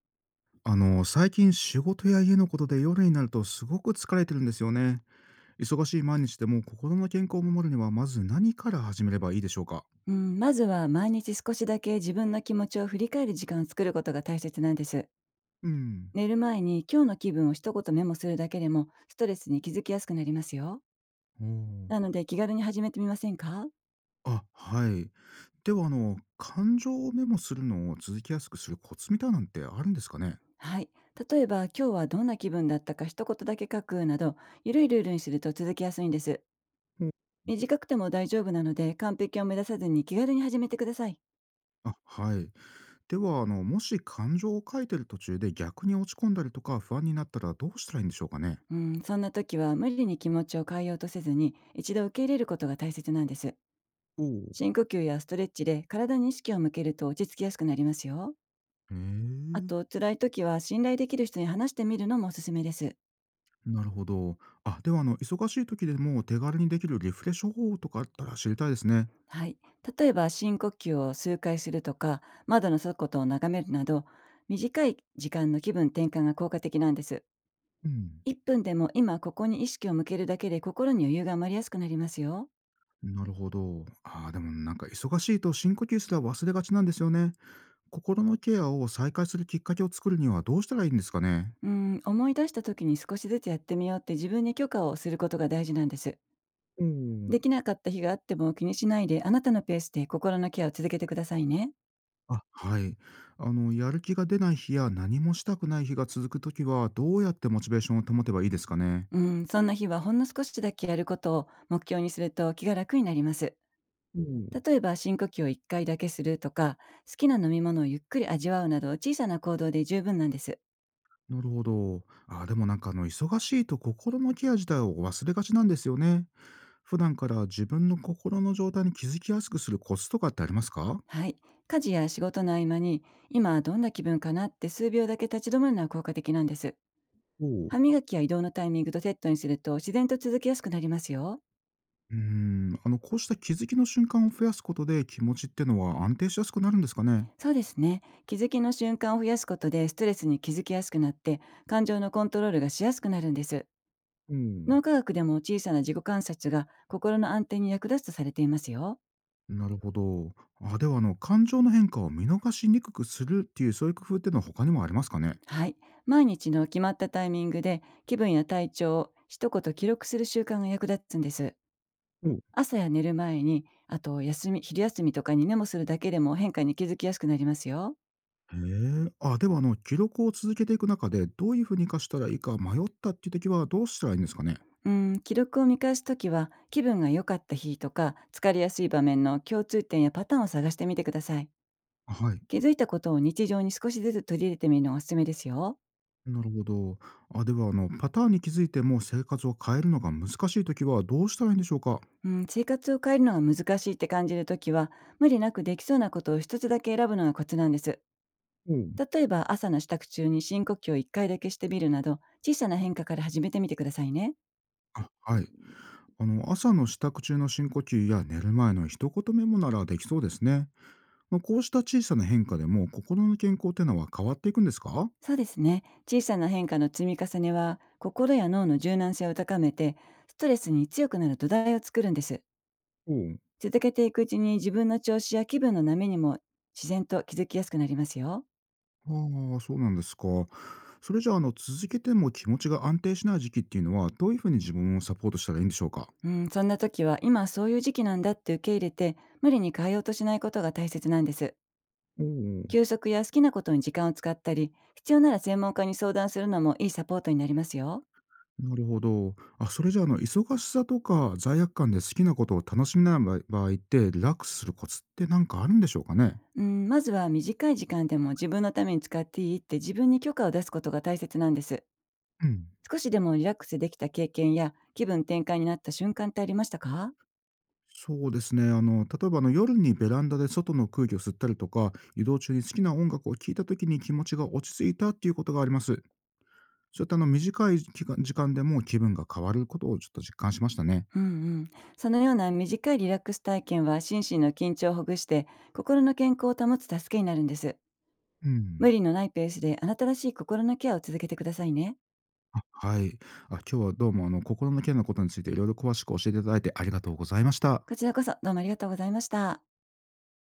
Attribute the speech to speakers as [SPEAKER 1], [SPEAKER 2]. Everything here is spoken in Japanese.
[SPEAKER 1] 最近仕事や家のことで夜になるとすごく疲れてるんですよね。忙しい毎日でも心の健康を守るにはまず何から始めればいいでしょうか？
[SPEAKER 2] うん、まずは毎日少しだけ自分の気持ちを振り返る時間を作ることが大切なんです。
[SPEAKER 1] うん。
[SPEAKER 2] 寝る前に今日の気分を一言メモするだけでもストレスに気づきやすくなりますよ。
[SPEAKER 1] おー。
[SPEAKER 2] なので気軽に始めてみませんか？
[SPEAKER 1] あ、はい。では、感情をメモするのを続きやすくするコツみたいなんてあるんですかね？
[SPEAKER 2] はい。例えば今日はどんな気分だったか一言だけ書くなど、ゆるいルールにすると続きやすいんです。
[SPEAKER 1] お。
[SPEAKER 2] 短くても大丈夫なので完璧を目指さずに気軽に始めてください。
[SPEAKER 1] あ、はい。では、もし感情を書いてる途中で逆に落ち込んだりとか不安になったらどうしたらいいんでしょうかね？
[SPEAKER 2] うん、そんな時は無理に気持ちを変えようとせずに一度受け入れることが大切なんです。
[SPEAKER 1] おお
[SPEAKER 2] 深
[SPEAKER 1] ー。
[SPEAKER 2] 呼吸やストレッチで体に意識を向けると落ち着きやすくなりますよ。
[SPEAKER 1] へ
[SPEAKER 2] あ
[SPEAKER 1] え。
[SPEAKER 2] と、辛い時は信頼できる人に話してみるのもおすすめです。
[SPEAKER 1] なるほど。あ、では忙しい時でも手軽にできるリフレッシュ方法とかあったら知りたいですね。
[SPEAKER 2] はい。例えば、深呼吸を数回するとか、窓の外を眺めるなど、短い時間の気分転換が効果的なんです。
[SPEAKER 1] うん。
[SPEAKER 2] 1分でも今ここに意識を向けるだけで心に余裕が生まれやすくなりますよ。
[SPEAKER 1] なるほど。ああ、でもなんか忙しいと深呼吸すら忘れがちなんですよね。心のケアを再開するきっかけを作るにはどうしたらいいんですかね。
[SPEAKER 2] うん、思い出した時に少しずつやってみようって自分に許可をすることが大事なんです。
[SPEAKER 1] おー。
[SPEAKER 2] できなかった日があっても気にしないであなたのペースで心のケアを続けてくださいね。
[SPEAKER 1] あ、はい。やる気が出ない日や何もしたくない日が続く時は、どうやってモチベーションを保てばいいですかね。
[SPEAKER 2] うん、そんな日はほんの少しだけやることを目標にすると気が楽になります。
[SPEAKER 1] おー。
[SPEAKER 2] 例えば深呼吸を1回だけするとか、好きな飲み物をゆっくり味わうなど小さな行動で十分なんです。
[SPEAKER 1] なるほど。あーでもなんか忙しいと心のケア自体を忘れがちなんですよね。普段から自分の心の状態に気づきやすくするコツとかってありますか？
[SPEAKER 2] はい。家事や仕事の合間に、今どんな気分かなって数秒だけ立ち止まるのは効果的なんです。
[SPEAKER 1] おう。
[SPEAKER 2] 歯磨きや移動のタイミングとセットにすると自然と続きやすくなりますよ。
[SPEAKER 1] うーん、こうした気づきの瞬間を増やすことで気持ちってのは安定しやすくなるんですかね？
[SPEAKER 2] そうですね。気づきの瞬間を増やすことでストレスに気づきやすくなって、感情のコントロールがしやすくなるんです。
[SPEAKER 1] うん。
[SPEAKER 2] 脳科学でも小さな自己観察が心の安定に役立つとされていますよ。
[SPEAKER 1] なるほど。あ、では感情の変化を見逃しにくくするっていう、そういう工夫っていうのは他にもありますかね？
[SPEAKER 2] はい。毎日の決まったタイミングで気分や体調を一言記録する習慣が役立つんです。
[SPEAKER 1] おう。
[SPEAKER 2] 朝や寝る前に、あと休み、昼休みとかにメモするだけでも変化に気づきやすくなりますよ。
[SPEAKER 1] へえ。あ、では記録を続けていく中で、どういうふうに活かしたらいいか迷ったっていう時はどうしたらいいんですかね？
[SPEAKER 2] うん、記録を見返すときは気分が良かった日とか疲れやすい場面の共通点やパターンを探してみてください。
[SPEAKER 1] はい。
[SPEAKER 2] 気づいたことを日常に少しずつ取り入れてみるのがおすすめですよ。
[SPEAKER 1] なるほど。あ、では、パターンに気づいても生活を変えるのが難しいときはどうしたらいいんでしょうか？
[SPEAKER 2] うん、生活を変えるのが難しいって感じるときは、無理なくできそうなことを一つだけ選ぶのがコツなんです。
[SPEAKER 1] おう。
[SPEAKER 2] 例えば、朝の支度中に深呼吸を一回だけしてみるなど、小さな変化から始めてみてくださいね。
[SPEAKER 1] あ、はい。朝の支度中の深呼吸や寝る前の一言メモならできそうですね。まあ、こうした小さな変化でも心の健康ってのは変わっていくんですか？
[SPEAKER 2] そうですね。小さな変化の積み重ねは、心や脳の柔軟性を高めて、ストレスに強くなる土台を作るんです。
[SPEAKER 1] おう。
[SPEAKER 2] 続けていくうちに自分の調子や気分の波にも自然と気づきやすくなりますよ。
[SPEAKER 1] ああ、そうなんですか。それじゃあ、続けても気持ちが安定しない時期っていうのは、どういうふうに自分をサポートしたらいいんでしょうか？
[SPEAKER 2] うん、そんな時は今そういう時期なんだって受け入れて、無理に変えようとしないことが大切なんです。
[SPEAKER 1] おう。
[SPEAKER 2] 休息や好きなことに時間を使ったり、必要なら専門家に相談するのもいいサポートになりますよ。
[SPEAKER 1] なるほど。あ、それじゃあ、忙しさとか罪悪感で好きなことを楽しめない場合って、リラックスするコツってなんかあるんでしょうかね？
[SPEAKER 2] うん、まずは短い時間でも自分のために使っていいって自分に許可を出すことが大切なんです。
[SPEAKER 1] うん。
[SPEAKER 2] 少しでもリラックスできた経験や気分転換になった瞬間ってありましたか？
[SPEAKER 1] そうですね。例えば、夜にベランダで外の空気を吸ったりとか、移動中に好きな音楽を聴いた時に気持ちが落ち着いたっていうことがあります。そういった、短い時間でも気分が変わることをちょっと実感しましたね。
[SPEAKER 2] うんうん。そのような短いリラックス体験は心身の緊張をほぐして心の健康を保つ助けになるんです。
[SPEAKER 1] うん。
[SPEAKER 2] 無理のないペースであなたらしい心のケアを続けてくださいね。
[SPEAKER 1] あ、はい。あ、今日はどうも、心のケアのことについて色々詳しく教えていただいてありがとうございました。
[SPEAKER 2] こちらこそどうもありがとうございました。